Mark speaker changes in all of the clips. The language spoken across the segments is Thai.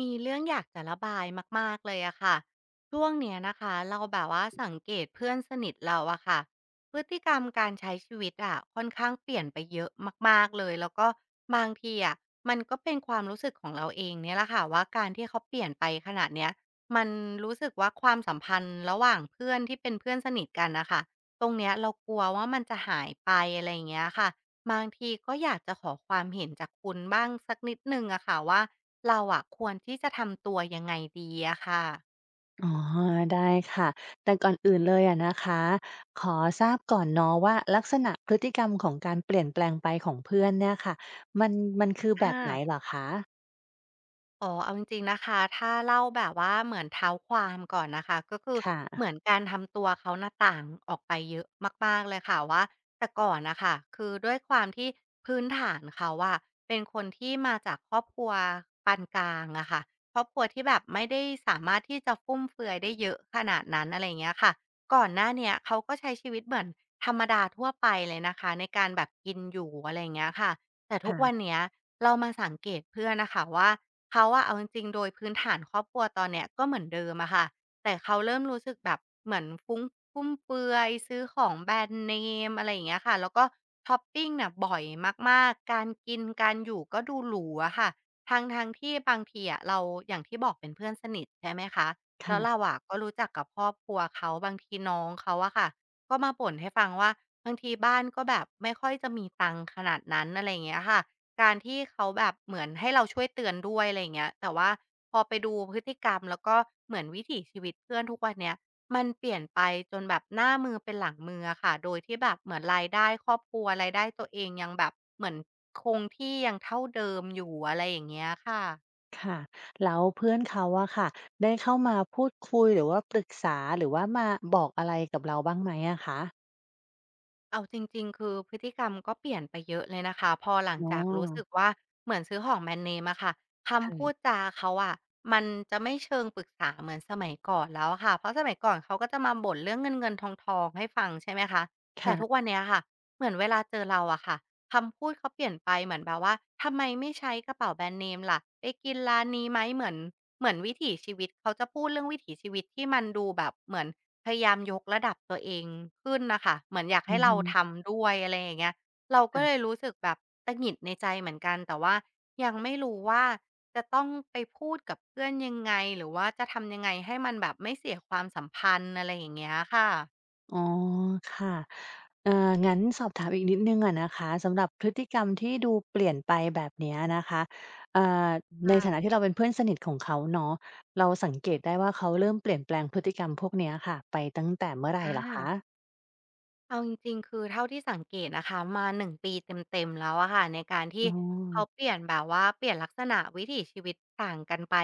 Speaker 1: มีเรื่องอยากจะระบายมากๆ เลยอะค่ะช่วงเนี้ยนะคะเราแบบว่าสังเกตเพื่อนสนิทเราอะค่ะพฤติกรรมการใช้ชีวิตอะค่อนข้างเปลี่ยนไปเยอะมากๆเลยแล้วก็บางทีอะมันก็เป็นความรู้สึกของเราเองเนี่ยแหละค่ะว่าการที่เขาเปลี่ยนไปขนาดเนี้ยมันรู้สึกว่าความสัมพันธ์ระหว่างเพื่อนที่เป็นเพื่อนสนิทกันน่ะค่ะตรงเนี้ยเรากลัวว่ามันจะหายไปอะไรอย่างเงี้ยค่ะ บางทีก็อยากจะขอความเห็นจากคุณบ้างสักนิดหนึ่งอะค่ะว่าเราอะควรที่จะทำตัวยังไงดีอะค่ะ
Speaker 2: อ๋อได้ค่ะแต่ก่อนอื่นเลยอะนะคะขอทราบก่อนเนาะว่าลักษณะพฤติกรรมของการเปลี่ยนแปลงไปของเพื่อนเนี่ยค่ะมันมันคือแบ
Speaker 1: อา
Speaker 2: บไหนเหรอคะ
Speaker 1: อ๋อเอาจริงๆนะคะถ้าเล่าแบบว่าเหมือนเท้าความก่อนนะคะก็คือเหมือ
Speaker 2: ค่ะ
Speaker 1: นการทำตัวเขาน่ะต่างออกไปเยอะมากๆเลยค่ะว่าแต่ก่อนน่ะค่ะคือด้วยความที่พื้นฐานเขาอะเป็นคนที่มาจากครอบครัวปานกลางอะค่ะครอบครัวที่แบบไม่ได้สามารถที่จะฟุ่มเฟือยได้เยอะขนาดนั้นอะไรอย่างเงี้ยค่ะก่อนหน้าเนี้ยเขาก็ใช้ชีวิตเหมือนธรรมดาทั่วไปเลยนะคะในการแบบกินอยู่อะไรอย่างเงี้ยค่ะ แต่ทุกวัน
Speaker 2: ค่ะ
Speaker 1: เนี้ยเรามาสังเกตเพื่อนนะคะว่าเขาอะเอาจริงๆโดยพื้นฐานครอบครัวตอนเนี้ยก็เหมือนเดิมอะค่ะแต่เขาเริ่มรู้สึกแบบเหมือนฟุ้งฟุ่มเฟือยซื้อของแบรนด์เนมอะไรอย่างเงี้ยค่ะแล้วก็ชอปปิงน่ะบ่อยมากๆการกินการอยู่ก็ดูหรูอะค่ะทางที่บางทีอะเราอย่างที่บอกเป็นเพื่อนสนิทใช่ไหมคะแล้วเรา
Speaker 2: ค่ะ
Speaker 1: อะก็รู้จักกับครอบครัวเขาบางทีน้องเขาอะค่ะ ก็มาบ่นให้ฟังว่าบางทีบ้านก็แบบไม่ค่อยจะมีตังค์ขนาดนั้นอะไรอย่างเงี้ยค่ะการที่เขาแบบเหมือนให้เราช่วยเตือนด้วยอะไรอย่างเงี้ยแต่ว่าพอไปดูพฤติกรรมแล้วก็เหมือนวิถีชีวิตเพื่อนทุกวันเนี้ยมันเปลี่ยนไปจนแบบหน้ามือเป็นหลังมืออะค่ะโดยที่แบบเหมือนรายได้ครอบครัวรายได้ตัวเองยังแบบเหมือนคงที่ยังเท่าเดิมอยู่อะไรอย่างเงี้ยค่ะ
Speaker 2: ค่ะแล้วเพื่อนเขาอะค่ะได้เข้ามาพูดคุยหรือว่าปรึกษาหรือว่ามาบอกอะไรกับเราบ้างไหมอะคะ
Speaker 1: เอาจริงๆ คือพฤติกรรมก็เปลี่ยนไปเยอะเลยนะคะพอหลัง
Speaker 2: อ๋อ
Speaker 1: จากรู้สึกว่าเหมือนซื้อของแบรนด์เนมอะค่ะคำพูด
Speaker 2: ค่ะ
Speaker 1: จาเขาอะมันจะไม่เชิงปรึกษาเหมือนสมัยก่อนแล้วอะค่ะเพราะสมัยก่อนเขาก็จะมาบ่นเรื่องเงินๆทองๆให้ฟังใช่ไหมคะแต่
Speaker 2: ค่ะ
Speaker 1: ทุกวันเนี้ยค่ะเหมือนเวลาเจอเราอะค่ะคำพูดเขาเปลี่ยนไปเหมือนแบบว่าทำไมไม่ใช้กระเป๋าแบรนด์เนมล่ะไปกินร้านนี้ไหมเหมือนเหมือนวิถีชีวิตเขาจะพูดเรื่องวิถีชีวิตที่มันดูแบบเหมือน พยายามยกระดับตัวเองขึ้นน่ะค่ะเหมือนอยากให้
Speaker 2: อือ
Speaker 1: เรา
Speaker 2: ฮึ
Speaker 1: ทำด้วยอะไรอย่างเงี้ยเราก็เลย
Speaker 2: ค่ะ
Speaker 1: รู้สึกแบบตะหงิดในใจเหมือนกันแต่ว่ายังไม่รู้ว่าจะต้องไปพูดกับเพื่อนยังไงหรือว่าจะทำยังไงให้มันแบบไม่เสียความสัมพันธ์อะไรอย่างเงี้ยค่ะ
Speaker 2: อ๋อค่ะ เอ่องั้นสอบถามอีกนิดหนึ่งอะนะคะสำหรับพฤติกรรมที่ดูเปลี่ยนไปแบบเนี้ยนะคะเอ่อใน
Speaker 1: ค่ะ
Speaker 2: ฐานะที่เราเป็นเพื่อนสนิทของเขาเนาะเราสังเกตได้ว่าเขาเริ่มเปลี่ยนแปลงพฤติกรรมพวกเนี้ยค่ะไปตั้งแต่เมื่อไร
Speaker 1: อา
Speaker 2: เหรอคะ
Speaker 1: เอาจริงๆคือเท่าที่สังเกตนะคะมา1ปีเต็มๆแล้วอะค่ะในการที่
Speaker 2: อ๋
Speaker 1: เขาเป
Speaker 2: อ
Speaker 1: ลี่ยนแบบว่าเปลี่ยนลักษณะวิถีชีวิตต่างกันไป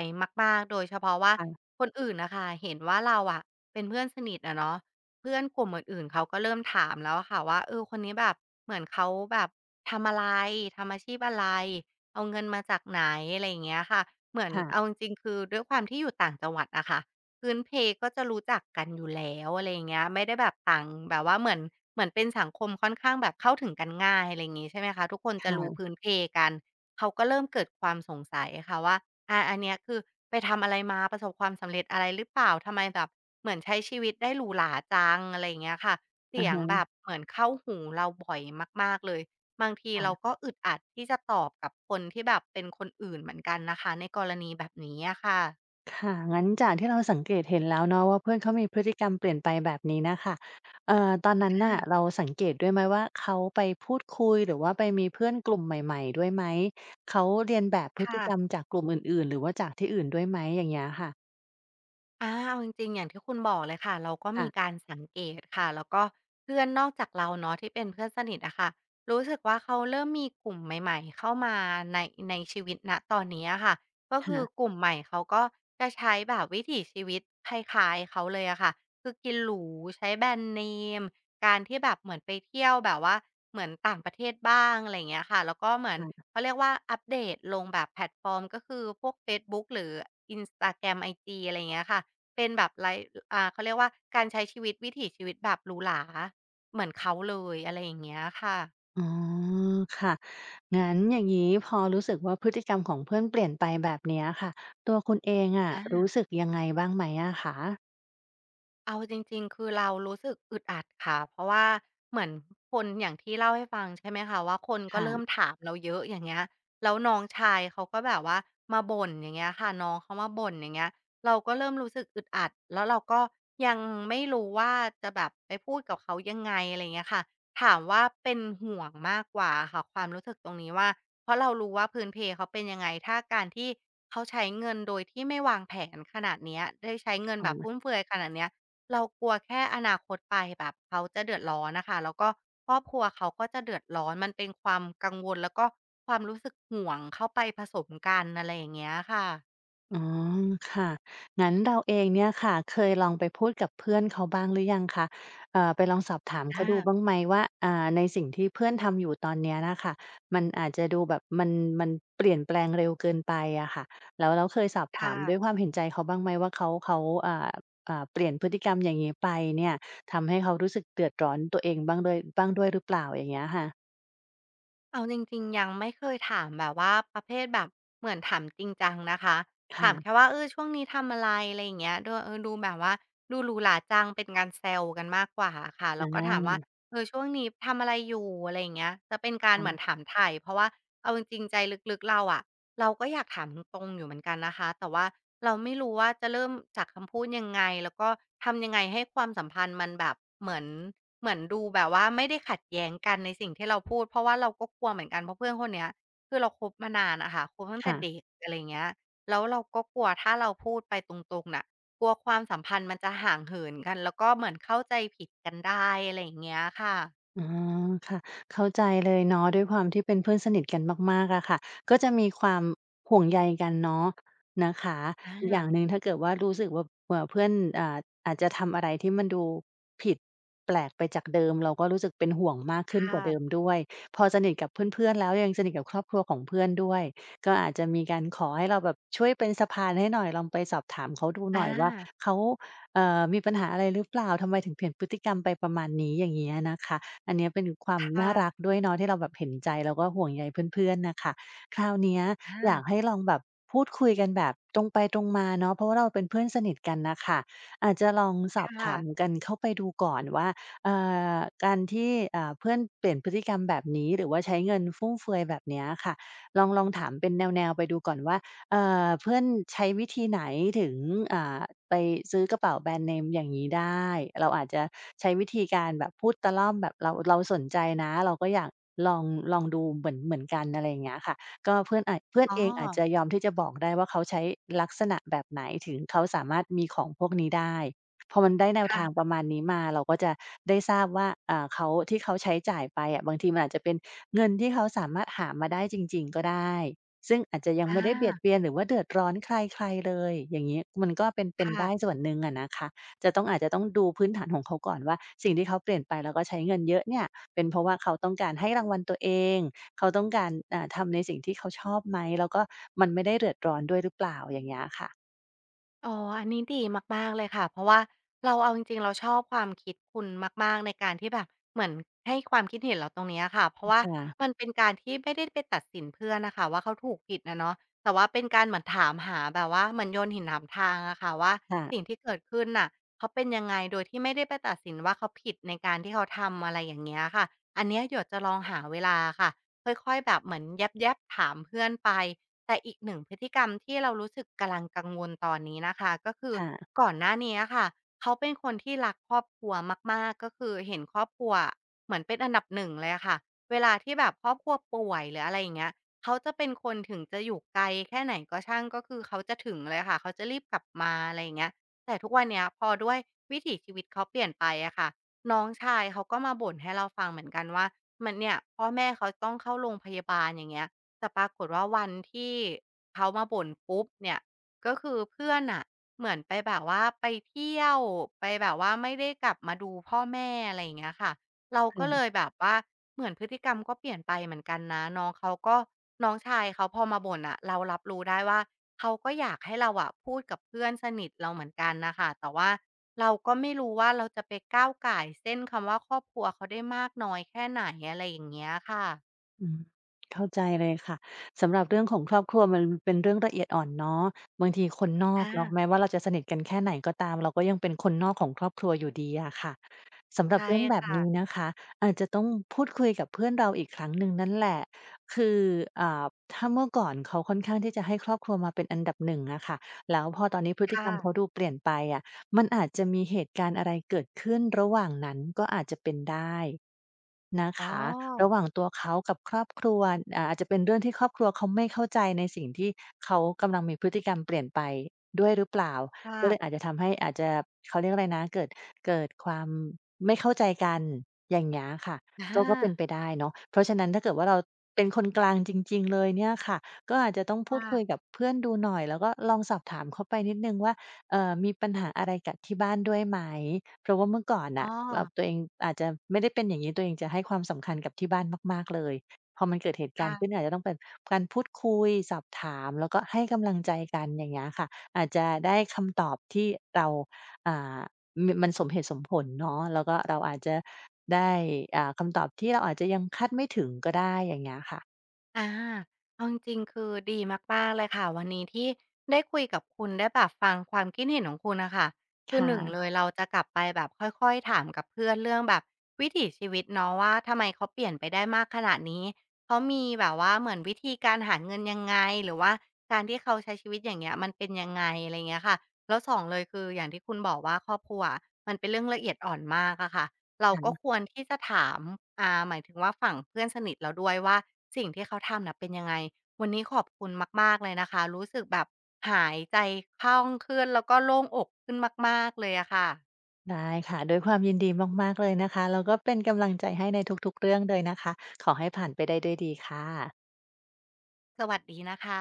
Speaker 1: มากๆโดยเฉพาะว่า
Speaker 2: ค่ะ
Speaker 1: คนอื่นน่ะค่ะเห็นว่าเราอะเป็นเพื่อนสนิทอะเนาะเพื่อนกลุ่มอื่นๆเขาก็เริ่มถามแล้วอะค่ะว่าเออคนนี้แบบเหมือนเขาแบบทำอะไรทำอาชีพอะไรเอาเงินมาจากไหนอะไรอย่างเงี้ยค่ะเหมือนเอาจ
Speaker 2: ค่ะ
Speaker 1: ริงๆคือด้วยความที่อยู่ต่างจังหวัดอะค่ะ พื้นเพก็จะรู้จักกันอยู่แล้วอะไรอย่างเงี้ยไม่ได้แบบต่างแบบว่าเหมือนเป็นสังคมค่อนข้างแบบเข้าถึงกันง่ายอะไรอย่างงี้ใช่ไหมคะทุกคนจะรู้
Speaker 2: ค่ะ
Speaker 1: พื้นเพกันเขาก็เริ่มเกิดความสงสัยค่ะว่าอันเนี้ยคือไปทำอะไรมาประสบความสำเร็จอะไรหรือเปล่าทำไมแบบเหมือนใช้ชีวิตได้หรูหราจังอะไรอย่างเงี้ยค่ะเสี
Speaker 2: อะ
Speaker 1: ยงแบ
Speaker 2: ฮะ
Speaker 1: บเหมือนเข้าหูเราบ่อยมากๆเลยบางทีเรา
Speaker 2: ค่ะ
Speaker 1: ก็อึดอัดที่จะตอบกับคนที่แบบเป็นคนอื่นเหมือนกันนะคะในกรณีแบบนี้อะค่ะ
Speaker 2: ค่ะงั้นจากที่เราสังเกตเห็นแล้วเนาะว่าเพื่อนเขามีพฤติกรรมเปลี่ยนไปแบบนี้นะคะเอ่อตอนนั้นน่ะเรา
Speaker 1: อา
Speaker 2: สังเกตด้วยไหมว่าเขาไปพูดคุยหรือว่าไปมีเพื่อนกลุ่มใหม่ๆด้วยไหมเขาเลียนแบบพฤติ
Speaker 1: ค่ะ
Speaker 2: กรรมจากกลุ่มอื่นๆหรือว่าจากที่อื่นด้วยไหมอย่างเงี้ยค่ะ
Speaker 1: เอาจริงๆอย่างที่คุณบอกเลยค่ะเราก็มีกา
Speaker 2: ค่ะ
Speaker 1: รสังเกตค่ะแล้วก็เพื่อนนอกจากเราเนาะที่เป็นเพื่อนสนิทอะค่ะรู้สึกว่าเขาเริ่มมีกลุ่มใหม่ๆเข้ามาในในชีวิตณตอนนี้อะค่ะก็คือก
Speaker 2: ค่ะ
Speaker 1: ลุ่มใหม่เขาก็จะใช้แบบวิถีชีวิตคล้ายๆเขาเลยอะค่ะคือกินหรูใช้แบรนด์เนมการที่แบบเหมือนไปเที่ยวแบบว่าเหมือนต่างประเทศบ้างอะไรเงี้ยค่ะแล้วก็เหมือนเขา
Speaker 2: ค่ะ
Speaker 1: เรียกว่าอัปเดตลงแบบแพลตฟอร์มก็คือพวกเฟซบุ๊กหรือ i นสตาแกรมไอจีอะไรเงี้ยค่ะ เป็นแบบไลฟ์เขาเรียกว่าการใช้ชีวิตวิถีชีวิตแบบหรูหราเหมือนเขาเลยอะไรอย่างเงี้ยค่ะ
Speaker 2: อ๋อค่ะงั้นอย่างงี้พอรู้สึกว่าพฤติกรรมของเพื่อนเปลี่ยนไปแบบเนี้ยค่ะตัวคุณเองอะรู้
Speaker 1: อา
Speaker 2: สึกยังไงบ้างไหมอะค
Speaker 1: เอาจริงๆ คือเรารู้สึกอึดอัดค่ะเพราะว่าเหมือนคนอย่างที่เล่าให้ฟังใช่ไหมคะว่าคนก็เริ่ม
Speaker 2: ะ
Speaker 1: ถามเราเยอะอย่างเงี้ยแล้วน้องชายเขาก็แบบว่ามาบ่นอย่างเงี้ยค่ะน้องเขามาบ่นอย่างเงี้ยเราก็เริ่มรู้สึกอึดอัดแล้วเราก็ยังไม่รู้ว่าจะแบบไปพูดกับเขายังไงอะไรอย่างเงี้ยค่ะถามว่าเป็นห่วงมากกว่าอะค่ะความรู้สึกตรงนี้ว่าเพราะเรารู้ว่าพื้นเพเขาเป็นยังไงถ้าการที่เขาใช้เงินโดยที่ไม่วางแผนขนาดเนี้ยได้ใช้เงินแบบฟุ่
Speaker 2: ค่ะ
Speaker 1: มเฟือยขนาดเนี้ย เรากลัวแค่อนาคตไปแบบเขาจะเดือดร้อนน่ะค่ะแล้วก็ครอบครัวเขาก็จะเดือดร้อนมันเป็นความกังวลแล้วก็ความรู้สึกห่วงเข้าไปผสมกันอะไรอย่างเงี้ยค่ะ
Speaker 2: อ๋อค่ะงั้นเราเองเนี่ยค่ะเคยลองไปพูดกับเพื่อนเขาบ้างหรือยังคะไปลองสอบถามเขาดู
Speaker 1: อา
Speaker 2: บ้างไหมว่าในสิ่งที่เพื่อนทำอยู่ตอนเนี้ยน่ะค่ะมันอาจจะดูแบบมันเปลี่ยนแปลงเร็วเกินไปอะค่ะแล้วเคยสอบ
Speaker 1: ค
Speaker 2: ถามด้วยค
Speaker 1: ่ะ
Speaker 2: วามเห็นใจเขาบ้างไหมว่าเขาอ่าเปลี่ยนพฤติกรรมอย่างงี้ไปเนี่ยทำให้เขารู้สึกเดือดร้อนตัวเองบ้างด้วยหรือเปล่าอย่างเงี้ยค่ะ
Speaker 1: เอาจริงๆยังไม่เคยถามแบบว่าประเภทแบบเหมือนถามจริงจังนะคะถามแค่
Speaker 2: ค่ะ
Speaker 1: ว่าเออช่วงนี้ทำอะไรอะไรอย่างเงี้ยดูเออดูแบบว่าดูหรูหราจังเป็นการแซวกันมากกว่าอะค่ะแล้วก็ถาม
Speaker 2: อา
Speaker 1: ว่าเออช่วงนี้ทำอะไรอยู่อะไรอย่างเงี้ยจะเป็นการเหมือน
Speaker 2: ค่ะ
Speaker 1: ถามไถ่เพราะว่าเอาจริงๆใจลึกๆเราอะ เราก็อยากถามตรงๆอยู่เหมือนกันนะคะแต่ว่าเราไม่รู้ว่าจะเริ่มจากคำพูดยังไงแล้วก็ทำยังไงให้ความสัมพันธ์มันแบบเหมือนเหมือนดูแบบว่าไม่ได้ขัดแย้งกันในสิ่งที่เราพูดเพราะว่าเราก็กลัวเหมือนกันเพราะเพื่อนคนเนี้ยคือเราคบมานานอะค่ะคบตั้งแต่
Speaker 2: ค่ะ
Speaker 1: เด็กอะไรอย่างเงี้ยแล้วเราก็กลัวถ้าเราพูดไปตรงๆน่ะกลัวความสัมพันธ์มันจะห่างเหินกันแล้วก็เหมือนเข้าใจผิดกันได้อะไรอย่างเงี้ยค่ะ
Speaker 2: อ๋อค่ะเข้าใจเลยเนาะด้วยความที่เป็นเพื่อนสนิทกันมากๆอะค่ะก็จะมีความห่วงใยกันเนาะนะคะ
Speaker 1: อ
Speaker 2: อีกอย่างห
Speaker 1: า
Speaker 2: นึ่งถ้าเกิดว่ารู้สึกว่าเพื่อนอ่าอาจจะทำอะไรที่มันดูผิดแปลกไปจากเดิมเราก็รู้สึกเป็นห่วงมากขึ้นก
Speaker 1: ค่ะ
Speaker 2: ว่าเดิมด้วยพอสนิทกับเพื่อนๆแล้วยังสนิทกับครอบครัวของเพื่อนด้วยก็อาจจะมีการขอให้เราแบบช่วยเป็นสะพานให้หน่อยลองไปสอบถามเขาดูห
Speaker 1: อา
Speaker 2: น่อยว่าเขามีปัญหาอะไรหรือเปล่าทำไมถึงเปลี่ยนพฤติกรรมไปประมาณนี้อย่างเงี้ยนะคะ อันเนี้ยเป็นควา
Speaker 1: ค
Speaker 2: มน่ารัก
Speaker 1: ่ะ
Speaker 2: ด้วยเนาะที่เราแบบเห็นใจแล้วก็ห่วงใยเพื่อนๆน่ะค่ะคราวเนี้ยอยาก
Speaker 1: อา
Speaker 2: ให้ลองแบบพูดคุยกันแบบตรงไปตรงมาเนาะเพราะว่าเราเป็นเพื่อนสนิทกันน่ะค่ะอาจจะลองส
Speaker 1: ค
Speaker 2: อบ
Speaker 1: ่ะ
Speaker 2: ถามกันเข้าไปดูก่อนว่าเอ่อการที่เพื่อนเปลี่ยนพฤติกรรมแบบนี้หรือว่าใช้เงินฟุ่มเฟือยแบบเนี้ยค่ะลองถามเป็นแนวๆไปดูก่อนว่า เพื่อนใช้วิธีไหนถึงอ่าไปซื้อกระเป๋าแบรนด์เนมอย่างงี้ได้เราอาจจะใช้วิธีการแบบพูดตะล่อมแบบเราสนใจนะเราก็อยากลองลองดูเหมือนกันอะไรอย่างเงี้ยค่ะก็เพื่อน
Speaker 1: อ๋อ
Speaker 2: เองอาจจะยอมที่จะบอกได้ว่าเขาใช้ลักษณะแบบไหนถึงเขาสามารถมีของพวกนี้ได้พอมันได้แนว
Speaker 1: ค่
Speaker 2: ทางป
Speaker 1: ะ
Speaker 2: ระมาณนี้มาเราก็จะได้ทราบว่าเขาที่เขาใช้จ่ายไปอะบางทีมันอาจจะเป็นเงินที่เขาสามารถหามาได้จริงๆก็ได้ ซึ่งอาจจะยัง
Speaker 1: อา
Speaker 2: ไม่ได้เบียดเบียนหรือว่าเดือดร้อนใครๆเลยอย่างงี้มันก็เป็นได้ส่
Speaker 1: ค่ะ
Speaker 2: วนหนึ่งอะนะคะจะต้องอาจจะต้องดูพื้นฐานของเขาก่อนว่าสิ่งที่เขาเปลี่ยนไปแล้วก็ใช้เงินเยอะเนี่ยเป็นเพราะว่าเขาต้องการให้รางวัลตัวเองเขาต้องการทำในสิ่งที่เขาชอบไหมแล้วก็มันไม่ได้เดือดร้อนด้วยหรือเปล่าอย่างเงี้ยค่ะ
Speaker 1: อ๋ออันนี้ดีมากๆเลยค่ะเพราะว่าเราเอาจริงๆเราชอบความคิดคุณมากๆในการที่แบบเหมือนให้ความคิดเห็นเราตรงเนี้ยค่ะเพราะว่ามัน
Speaker 2: ค่ะ
Speaker 1: เป็นการที่ไม่ได้ไปตัดสินเพื่อนน่ะค่ะว่าเขาถูกผิดอะเนาะแต่ว่าเป็นการเหมือนถามหาแบบว่าเหมือนโยนหินถามทางอะค่ะว่า
Speaker 2: ค่ะ
Speaker 1: สิ่งที่เกิดขึ้นน่ะเขาเป็นยังไงโดยที่ไม่ได้ไปตัดสินว่าเขาผิดในการที่เขาทำอะไรอย่างเงี้ยค่ะอันเนี้ยเดี๋ยวจะลองหาเวลาค่ะค่อยๆแบบเหมือนแยบๆถามเพื่อนไป แต่อีกหนึ่งพฤติกรรมที่เรารู้สึกกำลังกังวลตอนนี้นะคะก็คือ
Speaker 2: ค่ะ
Speaker 1: ก่อนหน้านี้ค่ะเขาเป็นคนที่รักครอบครัวมากๆก็คือเห็นครอบครัวเหมือนเป็นอันดับหนึ่งเลยอะค่ะเวลาที่แบบครอบครัวป่วยหรืออะไรอย่างเงี้ยเขาจะเป็นคนถึงจะอยู่ไกลแค่ไหนก็ช่างก็คือเขาจะถึงเลยค่ะเขาจะรีบกลับมาอะไรอย่างเงี้ยแต่ทุกวันเนี้ยพอด้วยวิถีชีวิตเขาเปลี่ยนไปอะค่ะน้องชายเขาก็มาบ่นให้เราฟังเหมือนกันว่ามันเนี่ยพ่อแม่เขาต้องเข้าโรงพยาบาลอย่างเงี้ย แต่ปรากฏว่าวันที่เขามาบ่นปุ๊บเนี่ยก็คือเพื่อนน่ะเหมือนไปแบบว่าไปเที่ยวไปแบบว่าไม่ได้กลับมาดูพ่อแม่อะไรอย่างเงี้ยค่ะเราก็เลย
Speaker 2: ค่ะ
Speaker 1: แบบว่าเหมือนพฤติกรรมก็เปลี่ยนไปเหมือนกันนะน้องเขาก็น้องชายเขาพอมาบ่นน่ะเรารับรู้ได้ว่าเขาก็อยากให้เราอะพูดกับเพื่อนสนิทเราเหมือนกันน่ะค่ะแต่ว่าเราก็ไม่รู้ว่าเราจะไปก้าวก่ายเส้นคำว่าครอบครัวเขาได้มากน้อยแค่ไหนอะไรอย่างเงี้ยค่ะ
Speaker 2: อืมเข้าใจเลยค่ะสำหรับเรื่องของครอบครัวมันเป็นเรื่องละเอียดอ่อนเนาะบางทีคนนอกเนาะ
Speaker 1: อา
Speaker 2: แม้ว่าเราจะสนิทกันแค่ไหนก็ตามเราก็ยังเป็นคนนอกของครอบครัวอยู่ดีอะค่ะสำหรับ
Speaker 1: ใช่
Speaker 2: เรื่องแบบนี้
Speaker 1: ค่ะ
Speaker 2: นะคะอาจจะต้องพูดคุยกับเพื่อนเราอีกครั้งหนึ่งนั่นแหละคืออ่าถ้าเมื่อก่อนเขาค่อนข้างที่จะให้ครอบครัวมาเป็นอันดับหนึ่งอะค่ะแล้วพอตอนนี้พฤติกรรมเขา
Speaker 1: ค่ะ
Speaker 2: ดูเปลี่ยนไปอะ มันอาจจะมีเหตุการณ์อะไรเกิดขึ้นระหว่างนั้นก็อาจจะเป็นได้นะ
Speaker 1: อ๋อ
Speaker 2: คะระหว่างตัวเขากับครอบครัวอาจจะเป็นเรื่องที่ครอบครัวเขาไม่เข้าใจในสิ่งที่เขากำลังมีพฤติกรรมเปลี่ยนไปด้วยหรือเปล่า
Speaker 1: ค่ะ
Speaker 2: ก็เลยอาจจะทำให้อาจจะเขาเรียกอะไรนะเกิดความไม่เข้าใจกันอย่างเงี้ยค่ะ
Speaker 1: อ
Speaker 2: ก็เป็นไป
Speaker 1: า
Speaker 2: ได้เนาะเพราะฉะนั้นถ้าเกิดว่าเราเป็นคนกลางจริงๆเลยเนี่ยค่ะก็อาจจะต้องพูด
Speaker 1: ค่ะ
Speaker 2: คุยกับเพื่อนดูหน่อยแล้วก็ลองสอบถามเขาไปนิดหนึ่งว่า มีปัญหาอะไรกับที่บ้านด้วยไหมเพราะว่าเมื่อก่อน
Speaker 1: อ๋อ
Speaker 2: น่ะตัวเองอาจจะไม่ได้เป็นอย่างงี้ตัวเองจะให้ความสำคัญกับที่บ้านมากๆเลยพอมันเกิดเหตุการ
Speaker 1: ค่ะ
Speaker 2: ณ์ขึ้นอาจจะต้องเป็นการพูดคุยสอบถามแล้วก็ให้กำลังใจกันอย่างเงี้ยค่ะอาจจะได้คำตอบที่เราอ่ามมันสมเหตุสมผลเนาะแล้วก็เราอาจจะได้คำตอบที่เราอาจจะยังคาดไม่ถึงก็ได้อย่างเงี้ยค่ะ
Speaker 1: อาเอาจริงๆคือดีมากๆเลยค่ะวันนี้ที่ได้คุยกับคุณได้แบบฟังความคิดเห็นของคุณน่ะค่ะ
Speaker 2: ค
Speaker 1: คือหนึ่งเลย
Speaker 2: ่ะ
Speaker 1: เราจะกลับไปแบบค่อยๆถามกับเพื่อนเรื่องแบบวิถีชีวิตเนาะว่าทำไมเขาเปลี่ยนไปได้มากขนาดนี้เขามีแบบว่าเหมือนวิธีการหาเงินยังไงหรือว่าการที่เขาใช้ชีวิตอย่างเงี้ยมันเป็นยังไงอะไรเงี้ยค่ะแล้วสองเลยคืออย่างที่คุณบอกว่าครอบครัวอะมันเป็นเรื่องละเอียดอ่อนมากอะค่ะ เราก็ควรที่จะถามหมายถึงว่าฝั่งเพื่อนสนิทเราด้วยว่าสิ่งที่เขาทำน่ะเป็นยังไงวันนี้ขอบคุณมากๆเลยนะคะรู้สึกแบบหายใจคล่องขึ้นแล้วก็โล่งอกขึ้นมากๆเลยอะค่ะ
Speaker 2: ได้ค่ะด้วยความยินดีมากๆ เลยนะคะแล้วก็เป็นกำลังใจให้ในทุกๆเรื่องเลยนะคะขอให้ผ่านไปได้ด้วยดีค่ะ
Speaker 1: สวัสดีนะคะ